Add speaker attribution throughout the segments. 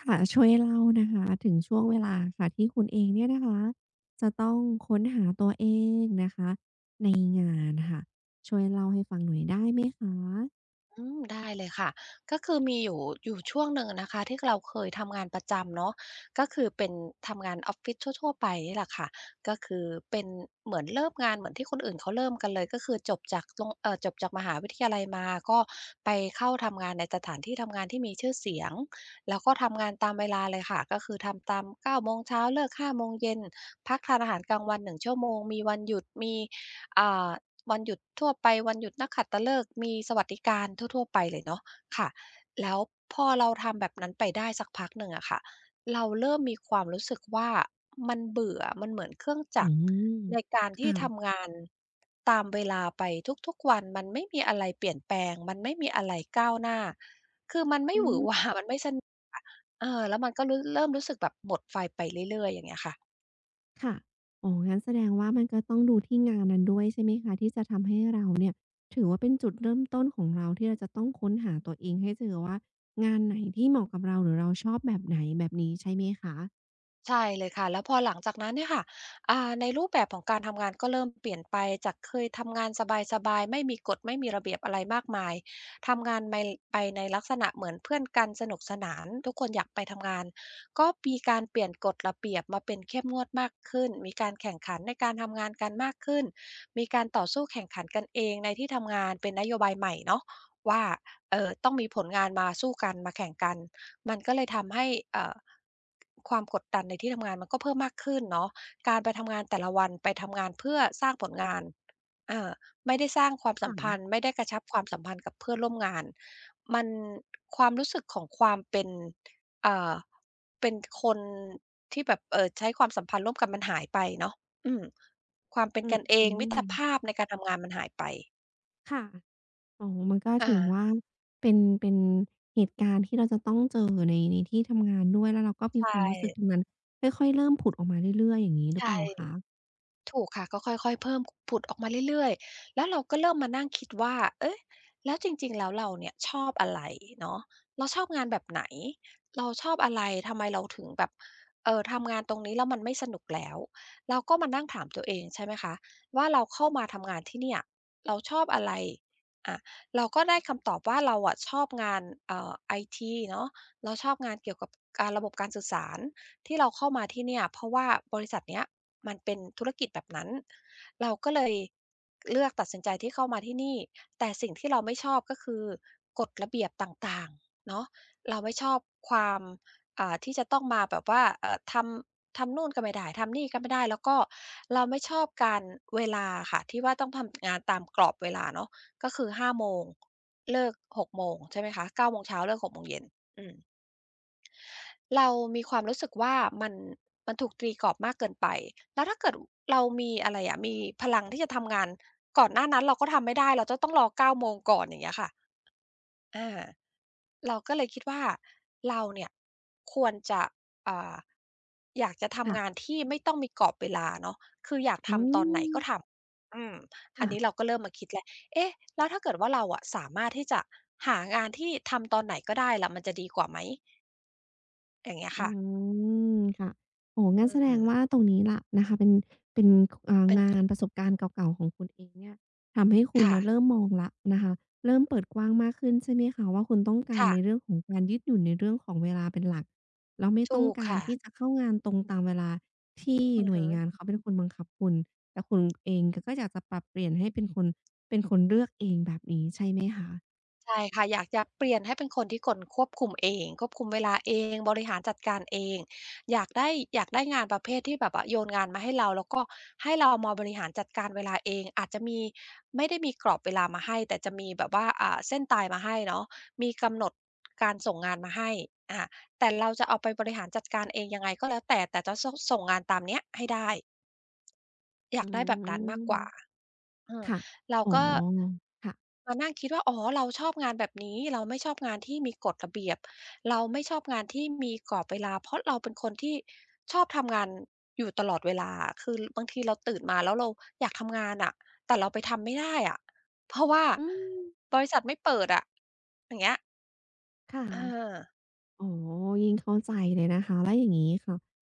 Speaker 1: ค่ะช่วยเล่านะคะถึงช่วงเวลาค่ะที่คุณเองเนี่ยนะคะจะต้องค้นหาตัวเองนะคะในงานค่ะช่วยเล่าให้ฟังหน่อยได้ไหมคะ
Speaker 2: ได้เลยค่ะก็คือมีอยู่ช่วงหนึ่งนะคะที่เราเคยทำงานประจำเนาะก็คือเป็นทำงานออฟฟิศทั่วๆไปนี่แหละค่ะก็คือเป็นเหมือนเริ่มงานเหมือนที่คนอื่นเขาเริ่มกันเลยก็คือจบจากตรงจบจากมหาวิทยาลัยมาก็ไปเข้าทำงานในสถานที่ทำงานที่มีชื่อเสียงแล้วก็ทำงานตามเวลาเลยค่ะก็คือทำตาม9โมงเช้าเลิก5โมงเย็นพักทานอาหารกลางวัน1ชั่วโมงมีวันหยุดมีอ่า วันหยุดทั่วไปวันหยุดนักขัตฤกษ์มีสวัสดิการทั่วๆไปเลยเนาะค่ะแล้วพอเราทำแบบนั้นไปได้สักพักหนึ่งอะค่ะเราเริ่มมีความรู้สึกว่ามันเบื่อมันเหมือนเครื่อง
Speaker 1: อื
Speaker 2: จักร
Speaker 1: ม
Speaker 2: ในการที่
Speaker 1: ค่ะ
Speaker 2: ทำงานตามเวลาไปทุกๆวันมันไม่มีอะไรเปลี่ยนแปลงมันไม่มีอะไรก้าวหน้าคือมันไม่
Speaker 1: อื
Speaker 2: หวือหวา
Speaker 1: ม
Speaker 2: มันไม่สนุกเออแล้วมันก็เริ่มรู้สึกแบบหมดไฟไปเรื่อยๆอย่างเงี้ยค่ะ
Speaker 1: ค่ะอ๋องั้นแสดงว่ามันก็ต้องดูที่งานนั้นด้วยใช่ไหมคะที่จะทำให้เราเนี่ยถือว่าเป็นจุดเริ่มต้นของเราที่เราจะต้องค้นหาตัวเองให้เจอว่างานไหนที่เหมาะกับเราหรือเราชอบแบบไหนแบบนี้ใช่ไหมคะ
Speaker 2: ใช่เลยค่ะแล้วพอหลังจากนั้นเนี่ยค่ะในรูปแบบของการทำงานก็เริ่มเปลี่ยนไปจากเคยทำงานสบายๆไม่มีกฎไม่มีระเบียบอะไรมากมายทำงานไปในลักษณะเหมือนเพื่อนกันสนุกสนานทุกคนอยากไปทำงานก็มีการเปลี่ยนกฎระเบียบมาเป็นเข้มงวดมากขึ้นมีการแข่งขันในการทำงานกันมากขึ้นมีการต่อสู้แข่งขันกันเองในที่ทำงานเป็นนโยบายใหม่เนาะว่าเออต้องมีผลงานมาสู้กันมาแข่งกัน มันก็เลยทำให้เอ่อความกดดันในที่ทำงานมันก็เพิ่มมากขึ้นเนาะการไปทำงานแต่ละวันไปทำงานเพื่อสร้างผลงานเอ่อไม่ได้สร้างความ
Speaker 1: ค
Speaker 2: สัมพันธ์
Speaker 1: ่ะ
Speaker 2: ไม่ได้กระชับความสัมพันธ์กับเพื่อนร่วมงานมันความรู้สึกของความเป็นเอ่อเป็นคนที่แบบใช้ความสัมพันธ์ร่วมกันมันหายไปเนาะอืมความเป็น
Speaker 1: อือ
Speaker 2: กันเอ
Speaker 1: อื
Speaker 2: งมิต
Speaker 1: ม
Speaker 2: รภาพในการทำงานมันหายไป
Speaker 1: ค่ะ อ๋อมันก็
Speaker 2: อา
Speaker 1: ถือว่าเป็นเหตุการณ์ที่เราจะต้องเจอในที่ทำงานด้วยแล้วเราก็
Speaker 2: ใช
Speaker 1: มีความรู้สึกตรง
Speaker 2: ่
Speaker 1: นั้นค่อยๆเริ่มผุดออกมาเรื่อยๆอย่างงี้หรือเป
Speaker 2: ใช่
Speaker 1: ล่าคะ
Speaker 2: ถูกค่ะก็ค่อยๆเพิ่มผุดออกมาเรื่อยๆแล้วเราก็เริ่มมานั่งคิดว่าเอ๊ะแล้วจริงๆแล้วเราเนี่ยชอบอะไรเนาะเราชอบงานแบบไหนเราชอบอะไรทำไมเราถึงแบบทำงานตรงนี้แล้วมันไม่สนุกแล้วเราก็มานั่งถามตัวเองใช่ไหมคะว่าเราเข้ามาทำงานที่เนี่ยเราชอบอะไรอาเราก็ได้คำตอบว่าเราอะชอบงานไอทีเนาะเราชอบงานเกี่ยวกับการระบบการสื่อสารที่เราเข้ามาที่เนี่ยเพราะว่าบริษัทเนี้ย มันเป็นธุรกิจแบบนั้นเราก็เลยเลือกตัดสินใจที่เข้ามาที่นี่แต่สิ่งที่เราไม่ชอบก็คือกฎระเบียบต่างๆเนาะเราไม่ชอบความที่จะต้องมาแบบว่าทำนู่นก็ไม่ได้ทำนี่ก็ไม่ได้แล้วก็เราไม่ชอบการเวลาค่ะที่ว่าต้องทำงานตามกรอบเวลาเนาะก็คือ5โมงเลิก6โมงใช่ไหมคะ9โมงเช้าเลิก6โมงเย็นอืม เรามีความรู้สึกว่ามันมันถูกตีกรอบมากเกินไปแล้วถ้าเกิดเรามีอะไรอะมีพลังที่จะทำงานก่อนหน้านั้นเราก็ทำไม่ได้เราจะต้องรอ9โมงก่อนอย่างเงี้ยค่ะอาเราก็เลยคิดว่าเราเนี่ยควรจะอ่าอยากจะทำ
Speaker 1: ค่ะ
Speaker 2: งานที่ไม่ต้องมีกรอบเวลาเนาะคืออยาก
Speaker 1: อื
Speaker 2: ทำตอนไหน
Speaker 1: ม
Speaker 2: ก็ทำอืมอันนี้เรา
Speaker 1: ค่ะ
Speaker 2: ก็เริ่มมาคิดแล้วเอ๊ะแล้วถ้าเกิดว่าเราอะสามารถที่จะหางานที่ทำตอนไหนก็ได้ล่ะมันจะดีกว่าไหมอย่างเงี้ย
Speaker 1: อื
Speaker 2: ค่ะ
Speaker 1: มค่ะโอ้โฮ
Speaker 2: อื
Speaker 1: งั้นแสดง
Speaker 2: ม
Speaker 1: ว่าตรงนี้ล่ะนะคะเป็น
Speaker 2: เป็น
Speaker 1: งา
Speaker 2: จุด
Speaker 1: นประสบการณ์เก่าๆของคุณเองเนี่ยทำให้คุณ
Speaker 2: ค่ะ
Speaker 1: เนี่ยเริ่มมองแล้วนะคะเริ่มเปิดกว้างมากขึ้นใช่ไหมคะว่าคุณต้องการใน
Speaker 2: ค่ะ
Speaker 1: เรื่องของการยืดหยุ่นในเรื่องของเวลาเป็นหลักแล้วไม่
Speaker 2: ถู
Speaker 1: ต้อง
Speaker 2: ก
Speaker 1: การ
Speaker 2: ค่ะ
Speaker 1: ที่จะเข้างานตรงตามเวลาที่
Speaker 2: ออ
Speaker 1: หน่วย
Speaker 2: ฮะ
Speaker 1: งานเขาเป็นคนบังคับคุณแต่คุณเองก็อยากจะปรับเปลี่ยนให้เป็นคนเป็นคนเลือกเองแบบนี้ใช่ไหมคะ
Speaker 2: ใช่ค่ะอยากจะเปลี่ยนให้เป็นคนที่คนควบคุมเองควบคุมเวลาเองบริหารจัดการเองอยากได้อยากได้งานประเภทที่แบบว่าโยนงานมาให้เราแล้วก็ให้เรามาบริหารจัดการเวลาเองอาจจะมีไม่ได้มีกรอบเวลามาให้แต่จะมีแบบว่าเส้นตายมาให้เนาะมีกำหนดการส่งงานมาให้อาแต่เราจะเอาไปบริหารจัดการเองยังไงก็แล้วแต่แต่จะส่งงานตามเนี้ยให้ได้อ
Speaker 1: อื
Speaker 2: ยากได้แบบนั้น
Speaker 1: ม
Speaker 2: มากกว่า เออ
Speaker 1: ค่ะ
Speaker 2: เรา
Speaker 1: อ๋อ
Speaker 2: ก็
Speaker 1: ค่ะ
Speaker 2: มานั่งคิดว่าอ๋อเราชอบงานแบบนี้เราไม่ชอบงานที่มีกฎระเบียบเราไม่ชอบงานที่มีกรอบเวลาเพราะเราเป็นคนที่ชอบทำงานอยู่ตลอดเวลาอะคือบางทีเราตื่นมาแล้วเราอยากทำงานอะแต่เราไปทำไม่ได้อะเพราะว่า
Speaker 1: อืม
Speaker 2: บริษัทไม่เปิดอะอย่างเงี้ย
Speaker 1: ค่ะ
Speaker 2: เออ
Speaker 1: อ๋อยิ่งเข้าใจเลยนะคะแล้วอย่างงี้ค่ะ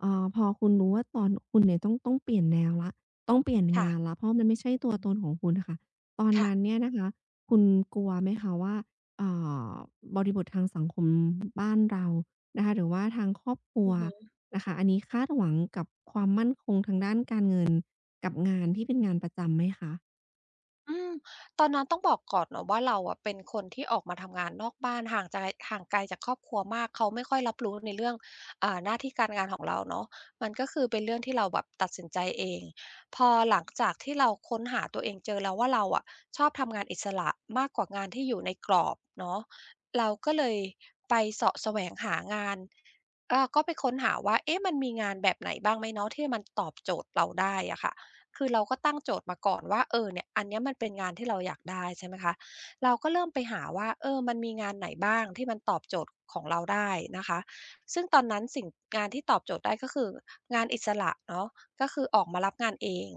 Speaker 1: เอ่าพอคุณรู้ว่าตอนคุณเนี่ยต้องเปลี่ยนแนวแล้วต้องเปลี่ยน
Speaker 2: ค่ะ
Speaker 1: งานแล้วเพราะมันไม่ใช่
Speaker 2: อือ
Speaker 1: ตัว
Speaker 2: ฮึ
Speaker 1: ตนของคุณน่ะค่ะตอนนั้น
Speaker 2: ค่ะ
Speaker 1: เนี่ยนะคะ คุณกลัวไหมคะว่าเอ่าบริบททางสังคมบ้านเรา นะคะ หรือว่าทางครอบครั
Speaker 2: อื
Speaker 1: ว
Speaker 2: อฮึ
Speaker 1: นะคะอันนี้คาดหวังกับทางด้านการเงิน กับงานที่เป็นงานประจำไหมคะ
Speaker 2: อืมตอนนั้นต้องบอกก่อนเนาะว่าเราอะเป็นคนที่ออกมาทำงานนอกบ้านห่างจากห่างไกลจากครอบครัวมากเขาไม่ค่อยรับรู้ในเรื่องหน้าที่การงานของเราเนาะมันก็คือเป็นเรื่องที่เราแบบตัดสินใจเองพอหลังจากที่เราค้นหาตัวเองเจอแล้วว่าเราอะชอบทำงานอิสระมากกว่างานที่อยู่ในกรอบเนาะเราก็เลยไปเสาะแสวงหางานก็ไปค้นหาว่าเอ๊ะมันมีงานแบบไหนบ้างไหมเนาะที่มันตอบโจทย์เราได้อะค่ะ คือเราก็ตั้งโจทย์มาก่อนว่าเออเนี่ยอันเนี้ยมันเป็นงานที่เราอยากได้ใช่ไหมคะเราก็เริ่มไปหาว่าเออมันมีงานไหนบ้างที่มันตอบโจทย์ของเราได้นะคะซึ่งตอนนั้นงานที่ตอบโจทย์ได้ก็คืองานอิสระเนาะก็คือออกมารับงานเอง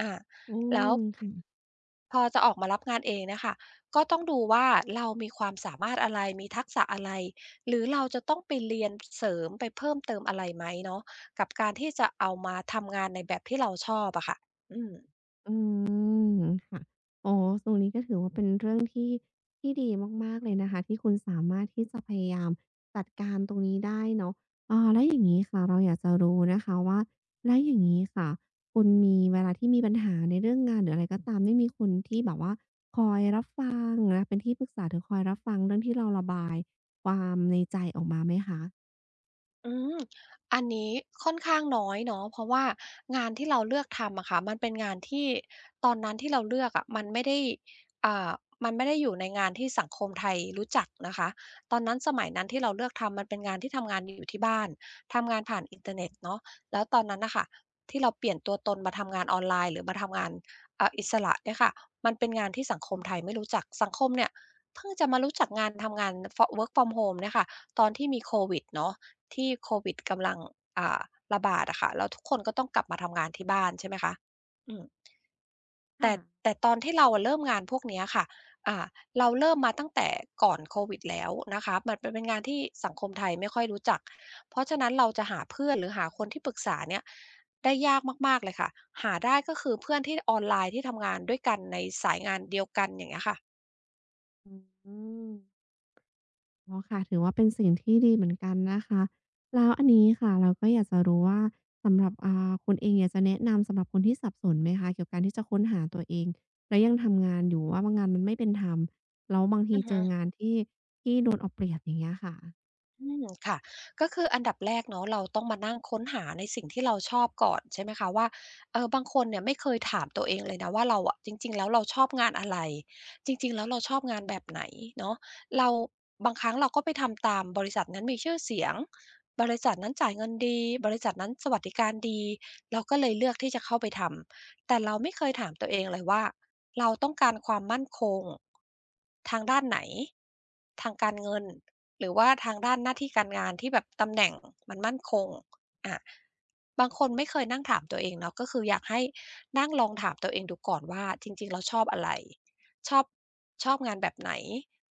Speaker 2: อา
Speaker 1: อื
Speaker 2: แล้
Speaker 1: ม
Speaker 2: ว
Speaker 1: ค่ะ
Speaker 2: พอจะออกมารับงานเองเนี่ยค่ะก็ต้องดูว่าเรามีความสามารถอะไรมีทักษะอะไรหรือเราจะต้องไปเรียนเสริมไปเพิ่มเติมอะไรไหมเนาะกับการที่จะเอามาทำงานในแบบที่เราชอบอะค่ะ อืม
Speaker 1: อืมค่ะอ๋อตรงนี้ก็ถือว่าเป็นเรื่องที่ ที่ดีมากๆ เลยนะคะที่คุณสามารถที่จะพยายามจัดการตรงนี้ได้เนาะแล้วอย่างงี้ค่ะเราอยากจะรู้นะคะว่าแล้วอย่างงี้ค่ะคุณมีเวลาที่มีปัญหาในเรื่องงานหรืออะไรก็ตามนี่มีคนที่แบบว่าคอยรับฟังนะเป็นที่ปรึกษาหรือคอยรับฟังเรื่องที่เราระบายความในใจออกมาไหมคะ
Speaker 2: อืมอันนี้ค่อนข้างน้อยเนาะเพราะว่างานที่เราเลือกทำอะค่ะมันเป็นงานที่ตอนนั้นที่เราเลือกอะมันไม่ได้อ่ามันไม่ได้อยู่ในงานที่สังคมไทยรู้จักนะคะตอนนั้นสมัยนั้นที่เราเลือกทำ มันเป็นงานที่ทำงานอยู่ที่บ้าน ทำงานผ่านอินเทอร์เน็ตเนาะแล้วตอนนั้นน่ะค่ะที่เราเปลี่ยนตัวตนมาทำงานออนไลน์หรือมาทำงานอิสระเนี่ยค่ะมันเป็นงานที่สังคมไทยไม่รู้จัก สังคมเนี่ยเพิ่งจะมารู้จักงานทำงานWork from home เนี่ยค่ะตอนที่มีโควิดเนาะ ที่โควิดกำลังอ่าระบาดอะค่ะแล้วทุกคนก็ต้องกลับมาทำงานที่บ้านใช่ไหมคะอืมแต่
Speaker 1: ค่ะ
Speaker 2: แต่ตอนที่เราอะเริ่มงานพวกเนี้ยค่ะอ่าเราเริ่มมาตั้งแต่ก่อนโควิดแล้วนะคะมันเป็นงานที่สังคมไทยไม่ค่อยรู้จักเพราะฉะนั้นเราจะหาเพื่อนหรือหาคนที่ปรึกษาเนี่ยได้ยากมากๆเลยค่ะหาได้ก็คือเพื่อนที่ออนไลน์ที่ทำงานด้วยกันในสายงานเดียวกันอย่างเงี้ยค่ะ
Speaker 1: อืม อ๋อค่ะถือว่าเป็นสิ่งที่ดีเหมือนกันนะคะแล้วอันนี้ค่ะเราก็อยากจะรู้ว่าสำหรับคุณเองอยากจะแนะนำสำหรับคนที่สับสนไหมคะเกี่ยวกับการที่จะค้นหาตัวเองแล้วยังทำงานอยู่ว่าบางงานมันไม่เป็นธรรมแล้วบางที
Speaker 2: อือ
Speaker 1: เจ
Speaker 2: ฮึ
Speaker 1: องานที่ที่โดนเอาเปรียบอย่างเงี้ยค่ะ
Speaker 2: อืมค่ะก็คืออันดับแรกเนาะเราต้องมานั่งค้นหาในสิ่งที่เราชอบก่อนใช่ไหมคะว่าเออบางคนเนี่ยไม่เคยถามตัวเองเลยนะว่าเราอะจริงๆแล้วเราชอบงานอะไรจริงๆแล้วเราชอบงานแบบไหนเนาะเราบางครั้งเราก็ไปทำตามบริษัทนั้นมีชื่อเสียงบริษัทนั้นจ่ายเงินดีบริษัทนั้นสวัสดิการดีเราก็เลยเลือกที่จะเข้าไปทำแต่เราไม่เคยถามตัวเองเลยว่าเราต้องการความมั่นคงทางด้านไหนทางการเงิน หรือว่าทางด้านหน้าที่การงานที่แบบตำแหน่งมันมั่นคงอาบางคนไม่เคยนั่งถามตัวเองเนาะก็คืออยากให้นั่งลองถามตัวเองดูก่อนว่าจริงๆเราชอบอะไรชอบชอบงานแบบไหน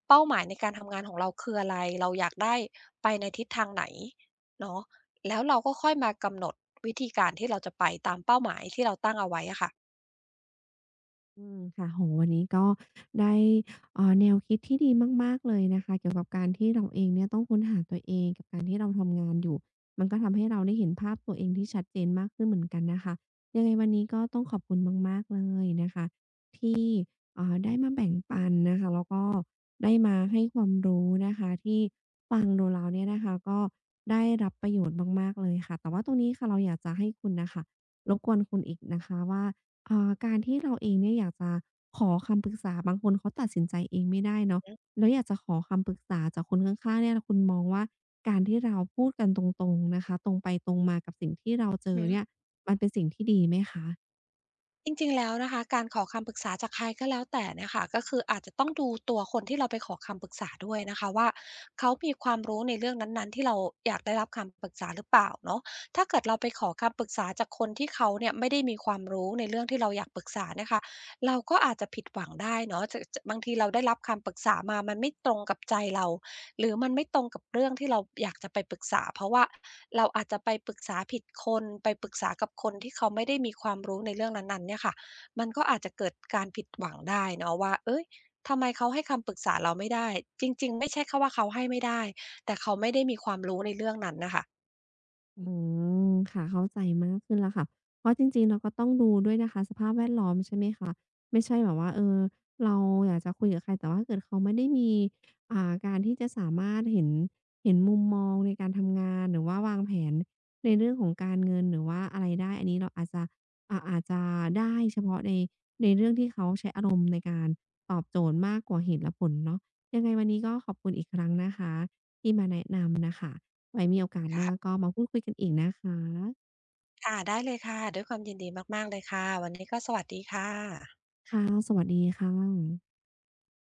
Speaker 2: เป้าหมายในการทำงานของเราคืออะไรเราอยากได้ไปในทิศทางไหนเนาะแล้วเราก็ค่อยมากำหนดวิธีการที่เราจะไปตามเป้าหมายที่เราตั้งเอาไว้อะค่ะ
Speaker 1: อืมค่ะโหวันนี้ก็ได้แนวคิดที่ดีมากๆเลยนะคะเกี่ยวกับการที่เราเองเนี่ยต้องค้นหาตัวเองกับการที่เราทำงานอยู่มันก็ทำให้เราได้เห็นภาพตัวเองที่ชัดเจนมากขึ้นเหมือนกันนะคะยังไงวันนี้ก็ต้องขอบคุณมากๆเลยนะคะที่ได้มาแบ่งปันนะคะแล้วก็ได้มาให้ความรู้นะคะที่ฟังดูเราเนี่ยนะคะก็ได้รับประโยชน์มากๆเลยค่ะแต่ว่าตรงนี้ค่ะเราอยากจะให้คุณนะคะรบกวนคุณอีกนะคะว่า การที่เราเองเนี่ยอยากจะขอคำปรึกษาบางคนเขาตัดสินใจเองไม่ได้เนาะแล้วอยากจะขอคำปรึกษาจากคนข้างๆเนี่ยคุณมองว่าการที่เราพูดกันตรงๆนะคะตรงไปตรงมากับสิ่งที่เราเจอเนี่ย
Speaker 2: อ
Speaker 1: มันเป็นสิ่งที่ดีไหมคะ
Speaker 2: จริงๆ แล้วนะคะการขอคำปรึกษาจากใครก็แล้วแต่เนี่ยค่ะก็คืออาจจะต้องดูตัวคนที่เราไปขอคำปรึกษาด้วยนะคะว่าเขามีความรู้ในเรื่องนั้นๆที่เราอยากได้รับคำปรึกษาหรือเปล่าเนาะถ้าเกิดเราไปขอคำปรึกษาจากคนที่เขาเนี่ยไม่ได้มีความรู้ในเรื่องที่เราอยากปรึกษาเนี่ยค่ะเราก็อาจจะผิดหวังได้เนาะจะบางทีเราได้รับคำปรึกษามามันไม่ตรงกับใจเรา หรือมันไม่ตรงกับเรื่องที่เราอยากจะไปปรึกษาเพราะว่าเราอาจจะไปปรึกษาผิดคนไปปรึกษากับคนที่เขาไม่ได้มีความรู้ในเรื่องนั้นๆเนี่ยค่ะมันก็อาจจะเกิดการผิดหวังได้เนาะว่าเอ้ยทำไมเขาให้คำปรึกษาเราไม่ได้จริงๆไม่ใช่แค่ว่าเขาให้ไม่ได้แต่เขาไม่ได้มีความรู้ในเรื่องนั้นน่ะค่ะ
Speaker 1: อืมค่ะเข้าใจมากขึ้นแล้วค่ะเพราะจริงๆเราก็ต้องดูด้วยนะคะสภาพแวดล้อมใช่ไหมคะไม่ใช่แบบว่าเออเราอยากจะคุยกับใครแต่ว่าเกิดเขาไม่ได้มีการที่จะสามารถเห็นมุมมองในการทำงานหรือว่าวางแผนในเรื่องของการเงินหรือว่าอะไรได้อันนี้เราอาจจะอาจจะได้เฉพาะในเรื่องที่เขาใช้อารมณ์ในการตอบโจทย์มากกว่าเหตุและผลเนาะยังไงวันนี้ก็ขอบคุณอีกครั้งนะคะที่มาแนะนำน่ะค่ะ ไว้มีโอกาสหน้า
Speaker 2: ค่ะ
Speaker 1: ก็มาพูดคุยกันอีกนะคะ
Speaker 2: ค่ะได้เลยค่ะด้วยความยินดีมากๆเลยค่ะวันนี้ก็สวัสดีค่ะ
Speaker 1: ค่ะสวัสดีค่ะ